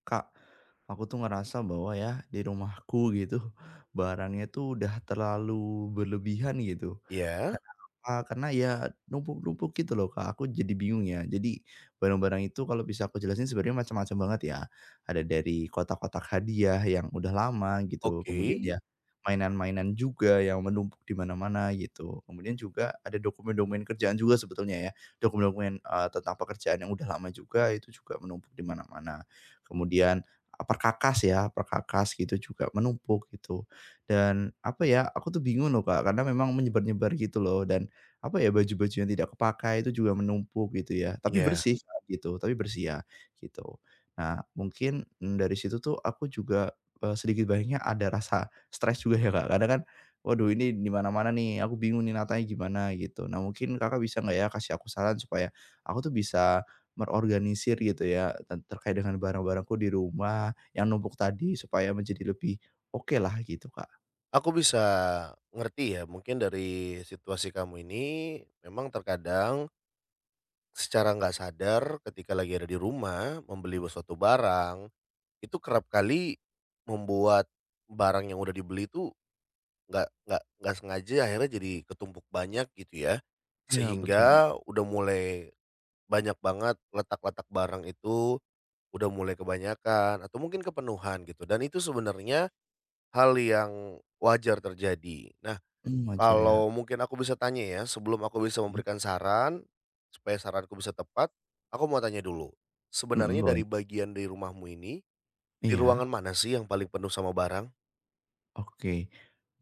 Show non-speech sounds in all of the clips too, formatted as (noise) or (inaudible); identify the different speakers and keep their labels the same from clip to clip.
Speaker 1: Kak, aku tuh ngerasa bahwa ya di rumahku gitu (laughs) barangnya tuh udah terlalu berlebihan gitu.
Speaker 2: Iya,
Speaker 1: Karena apa? Karena ya numpuk-numpuk gitu loh Kak. Aku jadi bingung ya. Jadi barang-barang itu kalau bisa aku jelasin sebenarnya macam-macam banget ya. Ada dari kotak-kotak hadiah yang udah lama gitu.
Speaker 2: oke,
Speaker 1: Kemudian ya mainan-mainan juga yang menumpuk di mana-mana gitu. Kemudian juga ada dokumen-dokumen kerjaan juga sebetulnya ya. Dokumen-dokumen tentang pekerjaan yang udah lama juga itu juga menumpuk di mana-mana kemudian, perkakas ya, perkakas gitu juga menumpuk gitu. Dan apa ya, aku tuh bingung loh, Kak, karena memang menyebar-nyebar gitu loh dan apa ya, baju-baju yang tidak kepakai itu juga menumpuk gitu ya, tapi
Speaker 2: iya.
Speaker 1: bersih Kak, gitu, tapi bersih ya, gitu. Nah, mungkin, dari situ tuh aku juga, sedikit banyaknya ada rasa stres juga ya, Kak, karena kan, waduh ini di mana-mana nih, aku bingung nih natanya gimana gitu. Nah, mungkin Kakak bisa nggak ya kasih aku saran supaya aku tuh bisa merorganisir gitu ya, terkait dengan barang-barangku di rumah yang numpuk tadi supaya menjadi lebih oke lah gitu, Kak.
Speaker 2: Aku bisa ngerti ya, mungkin dari situasi kamu ini memang terkadang secara nggak sadar ketika lagi ada di rumah, membeli suatu barang, itu kerap kali membuat barang yang udah dibeli itu nggak sengaja akhirnya jadi ketumpuk banyak gitu ya.
Speaker 1: Iya betul Bang,
Speaker 2: Sehingga udah mulai banyak banget letak-letak barang itu, udah mulai kebanyakan atau mungkin kepenuhan gitu dan itu sebenarnya hal yang wajar terjadi. Nah,
Speaker 1: mmm, wajar ya.
Speaker 2: kalau mungkin aku bisa tanya ya, sebelum aku bisa
Speaker 1: Mhm,
Speaker 2: memberikan saran, supaya saranku bisa tepat, aku mau tanya dulu.
Speaker 1: mhm,
Speaker 2: Sebenarnya
Speaker 1: boleh.
Speaker 2: dari bagian di rumahmu ini, di
Speaker 1: Iya.
Speaker 2: ruangan mana sih yang paling penuh sama barang?
Speaker 1: Oke.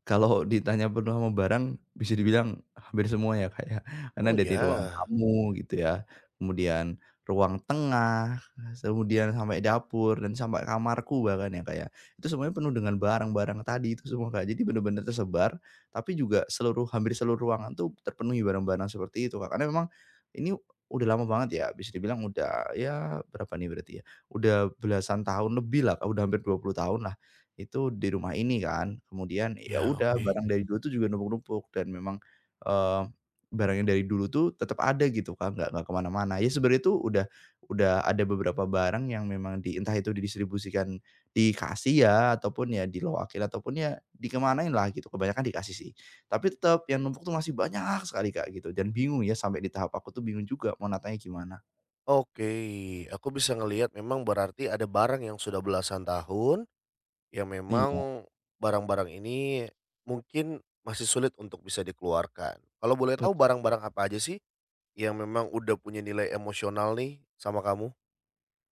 Speaker 1: Kalau ditanya penuh sama barang, bisa dibilang hampir semua ya, Kak, ya. Karena
Speaker 2: Oh
Speaker 1: dari ruang
Speaker 2: ya,
Speaker 1: tamu gitu ya, kemudian ruang tengah, kemudian sampai dapur dan sampai kamarku bahkan ya, Kak, ya. Itu semuanya penuh dengan barang-barang tadi itu semua, Kak. Jadi benar-benar tersebar, tapi juga hampir seluruh ruangan tuh terpenuhi barang-barang seperti itu, Kak. Karena memang ini udah lama banget ya, bisa dibilang udah ya berapa nih berarti ya, udah belasan tahun lebih lah, Kak, udah hampir 20 tahun lah. Itu di rumah ini kan, kemudian ya
Speaker 2: ya
Speaker 1: udah
Speaker 2: oke.
Speaker 1: barang Mhm. dari dulu tuh juga numpuk-numpuk dan memang, eee, barang yang dari dulu tuh tetap ada gitu Kak, nggak kemana-mana. Ya sebenarnya tuh udah ada beberapa barang yang memang di entah itu didistribusikan di kasih ya, ataupun ya diloakin, ataupun ya dikemanain lah gitu, kebanyakan dikasih sih. Tapi tetap yang numpuk tuh masih banyak sekali Kak gitu, dan bingung ya sampai di tahap aku tuh bingung juga mau natanya gimana.
Speaker 2: Oke, aku bisa ngelihat memang berarti ada barang yang sudah belasan tahun, yang
Speaker 1: Iya.
Speaker 2: memang barang-barang ini mungkin masih sulit untuk bisa dikeluarkan. Kalau boleh tahu barang-barang apa aja sih yang memang udah punya nilai emosional nih sama kamu?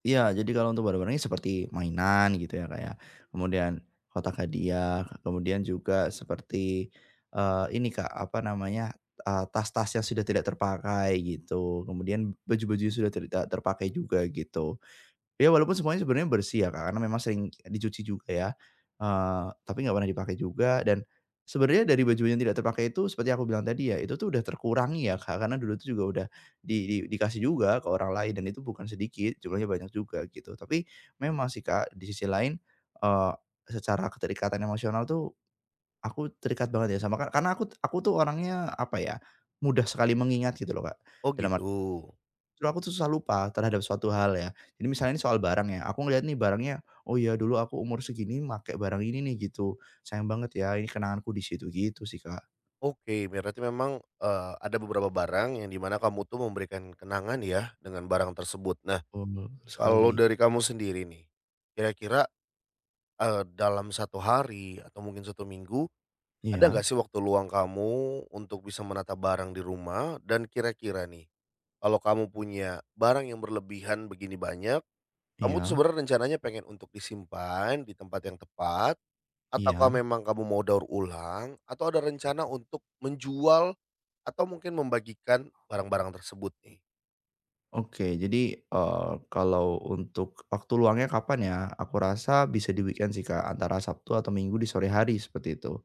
Speaker 1: Iya, jadi kalau untuk barang-barangnya seperti mainan gitu ya, kayak Kemudian kotak hadiah, kemudian juga seperti, ini, Kak, apa namanya, tas-tas yang sudah tidak terpakai gitu, kemudian baju-baju yang sudah tidak terpakai juga gitu. Ya walaupun semuanya sebenarnya bersih ya, Kak, karena memang sering dicuci juga ya, tapi nggak pernah dipakai juga dan sebenarnya dari baju yang tidak terpakai itu seperti aku bilang tadi ya, itu tuh udah terkurangi ya, Kak, karena dulu tuh juga udah di dikasih juga ke orang lain dan itu bukan sedikit, jumlahnya banyak juga gitu. Tapi memang sih, Kak, di sisi lain, eee, secara keterikatan emosional tuh aku terikat banget ya sama Kak, karena aku tuh orangnya apa ya, mudah sekali mengingat gitu loh, Kak.
Speaker 2: Oh
Speaker 1: Dalam
Speaker 2: gitu.
Speaker 1: Justru aku tuh susah lupa terhadap suatu hal ya. Jadi misalnya ini soal barang ya, aku ngeliat nih barangnya, "Oh iya dulu aku umur segini make barang ini nih," gitu. "Sayang banget ya, ini kenanganku di situ," gitu sih, Kak.
Speaker 2: Oke, berarti memang, ada beberapa barang yang dimana kamu tuh memberikan kenangan ya dengan barang tersebut. Nah,
Speaker 1: Oh
Speaker 2: kalau
Speaker 1: sekali.
Speaker 2: dari kamu sendiri nih, kira-kira, dalam satu hari atau mungkin satu minggu, ada nggak
Speaker 1: Iya
Speaker 2: sih waktu luang kamu untuk bisa menata barang di rumah? Dan kira-kira nih, kalau kamu punya barang yang berlebihan begini banyak, kamu tuh
Speaker 1: iya
Speaker 2: sebenarnya rencananya pengen untuk disimpan di tempat yang tepat, ataukah
Speaker 1: iya.
Speaker 2: memang kamu mau daur ulang atau ada rencana untuk menjual atau mungkin membagikan barang-barang tersebut nih?
Speaker 1: Oke, jadi, kalau untuk waktu luangnya kapan ya? Aku rasa bisa di weekend sih, Kak, antara Sabtu atau Minggu di sore hari seperti itu.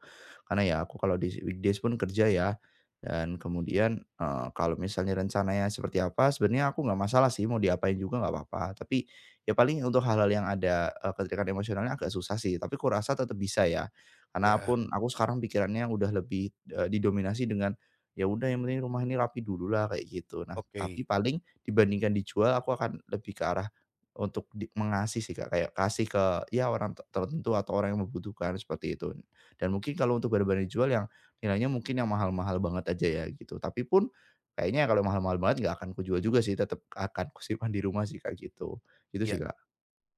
Speaker 1: Karena ya aku kalau di weekdays pun kerja ya, dan kemudian, kalau misalnya rencananya seperti apa, sebenarnya aku nggak masalah sih mau diapain juga nggak apa-apa. Tapi ya paling untuk hal-hal yang ada, keterikatan emosionalnya agak susah sih, tapi aku rasa tetap bisa ya. Karena
Speaker 2: Ya.
Speaker 1: pun aku sekarang pikirannya udah lebih, didominasi dengan, ya udah yang penting rumah ini rapi dulu lah kayak gitu. Nah,
Speaker 2: Oke,
Speaker 1: tapi paling Dibandingkan dijual aku akan lebih ke arah untuk mengasih sih, Kak, kayak kasih ke ya orang tertentu atau orang yang membutuhkan seperti itu. Dan mungkin kalau untuk barang-barang dijual yang nilainya mungkin yang mahal-mahal banget aja ya gitu, tapi pun kayaknya kalau mahal-mahal banget nggak akan kujual juga sih, Tetap akan kusimpan di rumah sih, Kak, gitu. Gitu
Speaker 2: ya
Speaker 1: sih, Kak.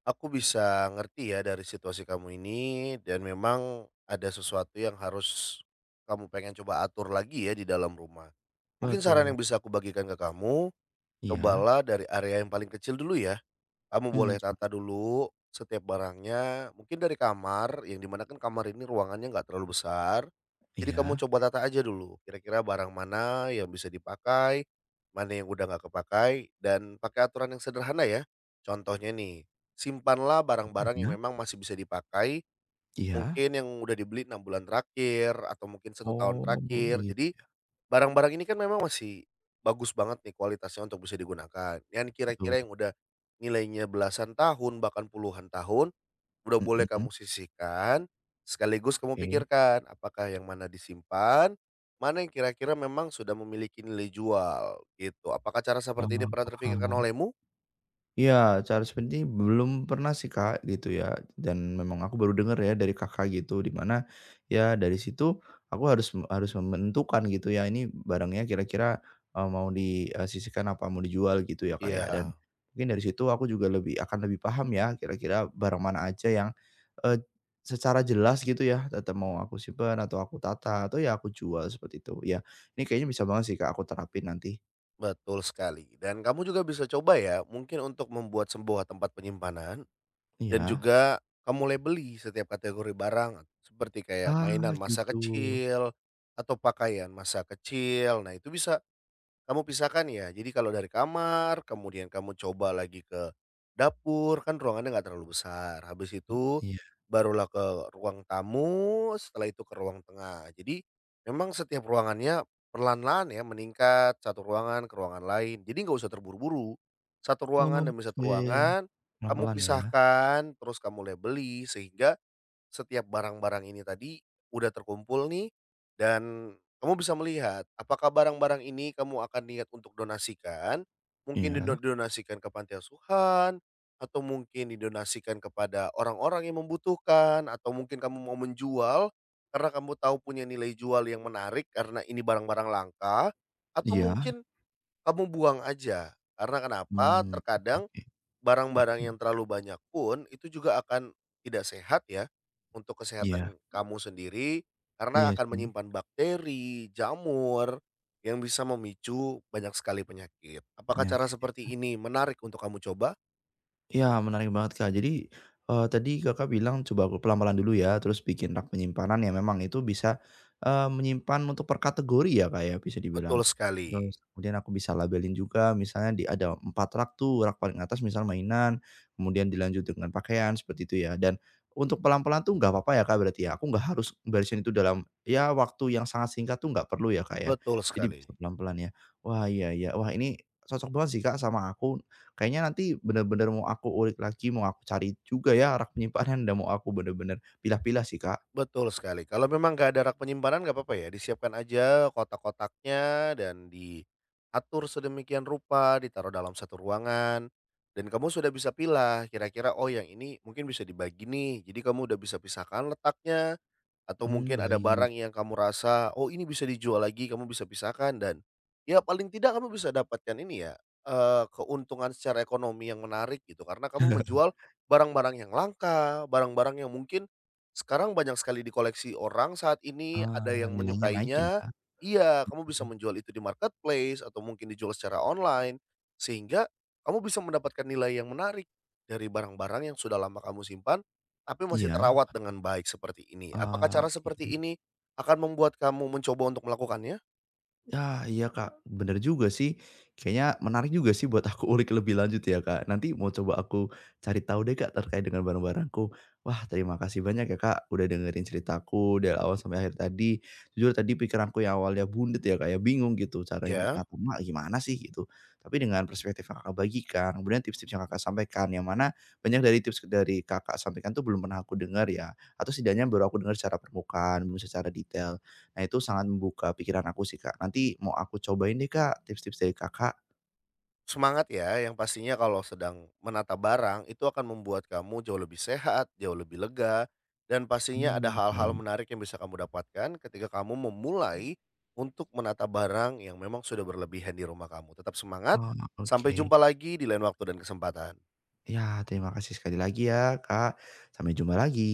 Speaker 2: aku bisa ngerti ya dari situasi kamu ini dan memang ada sesuatu yang harus kamu pengen coba atur lagi ya di dalam rumah. Mungkin saran
Speaker 1: Betul.
Speaker 2: yang bisa aku bagikan ke kamu,
Speaker 1: Iya.
Speaker 2: cobalah dari area yang paling kecil dulu ya. Kamu
Speaker 1: Mmm,
Speaker 2: boleh
Speaker 1: gimana?
Speaker 2: tata dulu setiap barangnya, mungkin dari kamar, yang dimana kan kamar ini ruangannya nggak terlalu besar. Jadi kamu
Speaker 1: Iya,
Speaker 2: coba tata aja dulu, kira-kira barang mana yang bisa dipakai, mana yang udah nggak kepakai, dan pakai aturan yang sederhana ya. Contohnya nih, simpanlah barang-barang yang
Speaker 1: gimana?
Speaker 2: memang masih bisa dipakai,
Speaker 1: Iya?
Speaker 2: mungkin yang udah dibeli 6 bulan terakhir, atau mungkin satu tahun
Speaker 1: Oh,
Speaker 2: terakhir.
Speaker 1: begitu.
Speaker 2: Jadi barang-barang ini kan memang masih bagus banget nih kualitasnya untuk bisa digunakan, yang kira-kira yang udah nilainya belasan tahun, bahkan puluhan tahun, udah boleh
Speaker 1: Mhm,
Speaker 2: kamu sisihkan, sekaligus kamu
Speaker 1: oke.
Speaker 2: pikirkan apakah yang mana disimpan, mana yang kira-kira memang sudah memiliki nilai jual, gitu. Apakah cara seperti ini
Speaker 1: Paham
Speaker 2: pernah
Speaker 1: paham.
Speaker 2: terpikirkan olehmu?
Speaker 1: Iya, cara seperti ini belum pernah sih, Kak, gitu ya, dan memang aku baru dengar ya dari Kakak gitu, di mana ya dari situ aku harus harus menentukan gitu ya, ini barangnya kira-kira, mau disisihkan apa mau dijual gitu ya, Kak, ya, dan
Speaker 2: Iya,
Speaker 1: mungkin dari situ aku juga lebih lebih paham ya kira-kira barang mana aja yang, eee, secara jelas gitu ya, tetap mau aku simpan atau aku tata atau ya aku jual seperti itu. Ya, ini kayaknya bisa banget sih, Kak, aku terapin nanti.
Speaker 2: betul sekali, dan kamu juga bisa coba ya, mungkin untuk membuat sebuah tempat penyimpanan. Dan
Speaker 1: Iya.
Speaker 2: juga kamu labeli setiap kategori barang, seperti kayak mainan
Speaker 1: Ah,
Speaker 2: masa
Speaker 1: gitu.
Speaker 2: kecil, atau pakaian masa kecil. Nah, itu bisa kamu pisahkan ya, jadi kalau dari kamar, kemudian kamu coba lagi ke dapur, kan ruangannya nggak terlalu besar. Habis itu
Speaker 1: Iya.
Speaker 2: barulah ke ruang tamu, setelah itu ke ruang tengah. Jadi memang setiap ruangannya perlahan-lahan ya meningkat satu ruangan ke ruangan lain. Jadi nggak usah terburu-buru. Satu ruangan demi
Speaker 1: Oke,
Speaker 2: satu ruangan kamu
Speaker 1: pelan-pelan ya?
Speaker 2: pisahkan, terus kamu labeli sehingga setiap barang-barang ini tadi udah terkumpul nih dan kamu bisa melihat apakah barang-barang ini kamu akan niat untuk donasikan, mungkin
Speaker 1: Iya
Speaker 2: dido donasikan ke panti asuhan, atau mungkin didonasikan kepada orang-orang yang membutuhkan, atau mungkin kamu mau menjual karena kamu tahu punya nilai jual yang menarik karena ini barang-barang langka, atau
Speaker 1: iya,
Speaker 2: mungkin kamu buang aja. Karena kenapa?
Speaker 1: mmm,
Speaker 2: Terkadang
Speaker 1: oke,
Speaker 2: barang-barang
Speaker 1: paham.
Speaker 2: yang terlalu banyak pun itu juga akan tidak sehat ya, untuk
Speaker 1: Iya
Speaker 2: kesehatan kamu sendiri, karena
Speaker 1: iya
Speaker 2: akan
Speaker 1: sih,
Speaker 2: menyimpan bakteri, jamur, yang bisa memicu banyak sekali penyakit. Apakah cara
Speaker 1: penyakit.
Speaker 2: seperti ini menarik untuk kamu coba?
Speaker 1: Iya, menarik banget, Kak. Jadi, tadi Kakak bilang, "Coba aku pelan-pelan dulu ya," terus bikin rak penyimpanan yang memang itu bisa, menyimpan untuk per kategori ya, Kak, ya, bisa
Speaker 2: Betul
Speaker 1: dibilang.
Speaker 2: sekali
Speaker 1: Terus kemudian aku bisa labelin juga, misalnya ada 4 rak tuh, rak paling atas misal mainan, kemudian dilanjut dengan pakaian, seperti itu ya. Dan untuk pelan-pelan tuh nggak apa-apa ya, Kak, berarti ya? Aku nggak harus barisin itu dalam ya waktu yang sangat singkat tuh nggak perlu ya, Kak, ya?
Speaker 2: betul
Speaker 1: Jadi
Speaker 2: sekali.
Speaker 1: bisa pelan-pelan ya? Wah, iya iya. Wah, ini cocok banget sih, Kak, sama aku. Kayaknya nanti bener-bener mau aku ulik lagi, mau aku cari juga ya rak penyimpanan dan mau aku bener-bener pilah-pilah sih, Kak.
Speaker 2: Betul sekali, kalau memang nggak ada rak penyimpanan nggak apa-apa ya, disiapkan aja kotak-kotaknya dan diatur sedemikian rupa, ditaruh dalam satu ruangan, dan kamu sudah bisa pilah kira-kira, oh yang ini mungkin bisa dibagi nih, jadi kamu udah bisa pisahkan letaknya, atau
Speaker 1: Mmm,
Speaker 2: mungkin ada
Speaker 1: baik.
Speaker 2: barang yang kamu rasa, oh ini bisa dijual lagi, kamu bisa pisahkan dan ya paling tidak kamu bisa dapatkan ini ya, keuntungan secara ekonomi yang menarik gitu, karena kamu
Speaker 1: (laughs)
Speaker 2: menjual barang-barang yang langka, barang-barang yang mungkin sekarang banyak sekali dikoleksi orang saat ini, ada
Speaker 1: Ah,
Speaker 2: yang
Speaker 1: nilainya naik
Speaker 2: menyukainya
Speaker 1: ya?
Speaker 2: iya, kamu bisa
Speaker 1: Mmm,
Speaker 2: menjual itu di marketplace atau mungkin dijual secara online, sehingga kamu bisa mendapatkan nilai yang menarik dari barang-barang yang sudah lama kamu simpan, tapi masih
Speaker 1: iya,
Speaker 2: terawat dengan baik seperti ini. Apakah cara
Speaker 1: eee, i
Speaker 2: seperti ini akan membuat kamu mencoba untuk melakukannya?
Speaker 1: Ah, iya Kak, bener juga sih. Kayaknya menarik juga sih buat aku ulik lebih lanjut ya Kak. Nanti mau coba aku cari tahu deh Kak terkait dengan barang-barangku. Wah terima kasih banyak ya Kak udah dengerin ceritaku dari awal sampai akhir tadi. Jujur tadi pikiranku yang awalnya bundet ya Kak ya, bingung gitu cara
Speaker 2: Ya.
Speaker 1: ngatur emak gimana sih gitu. Tapi dengan perspektif yang Kakak bagikan, kemudian tips-tips yang Kakak sampaikan, yang mana banyak dari tips dari Kakak sampaikan tuh belum pernah aku dengar ya. Atau setidaknya baru aku dengar secara permukaan, belum secara detail. Nah itu sangat membuka pikiran aku sih, Kak. Nanti mau aku cobain deh, Kak, tips-tips dari Kakak.
Speaker 2: Semangat ya, yang pastinya kalau sedang menata barang itu akan membuat kamu jauh lebih sehat, jauh lebih lega, dan pastinya ada
Speaker 1: Hmm,
Speaker 2: hal-hal
Speaker 1: baik.
Speaker 2: menarik yang bisa kamu dapatkan ketika kamu memulai untuk menata barang yang memang sudah berlebihan di rumah kamu. Tetap semangat,
Speaker 1: Oh,
Speaker 2: sampai
Speaker 1: oke.
Speaker 2: jumpa lagi di lain waktu dan kesempatan.
Speaker 1: Ya terima kasih sekali lagi ya, Kak. Sampai jumpa lagi.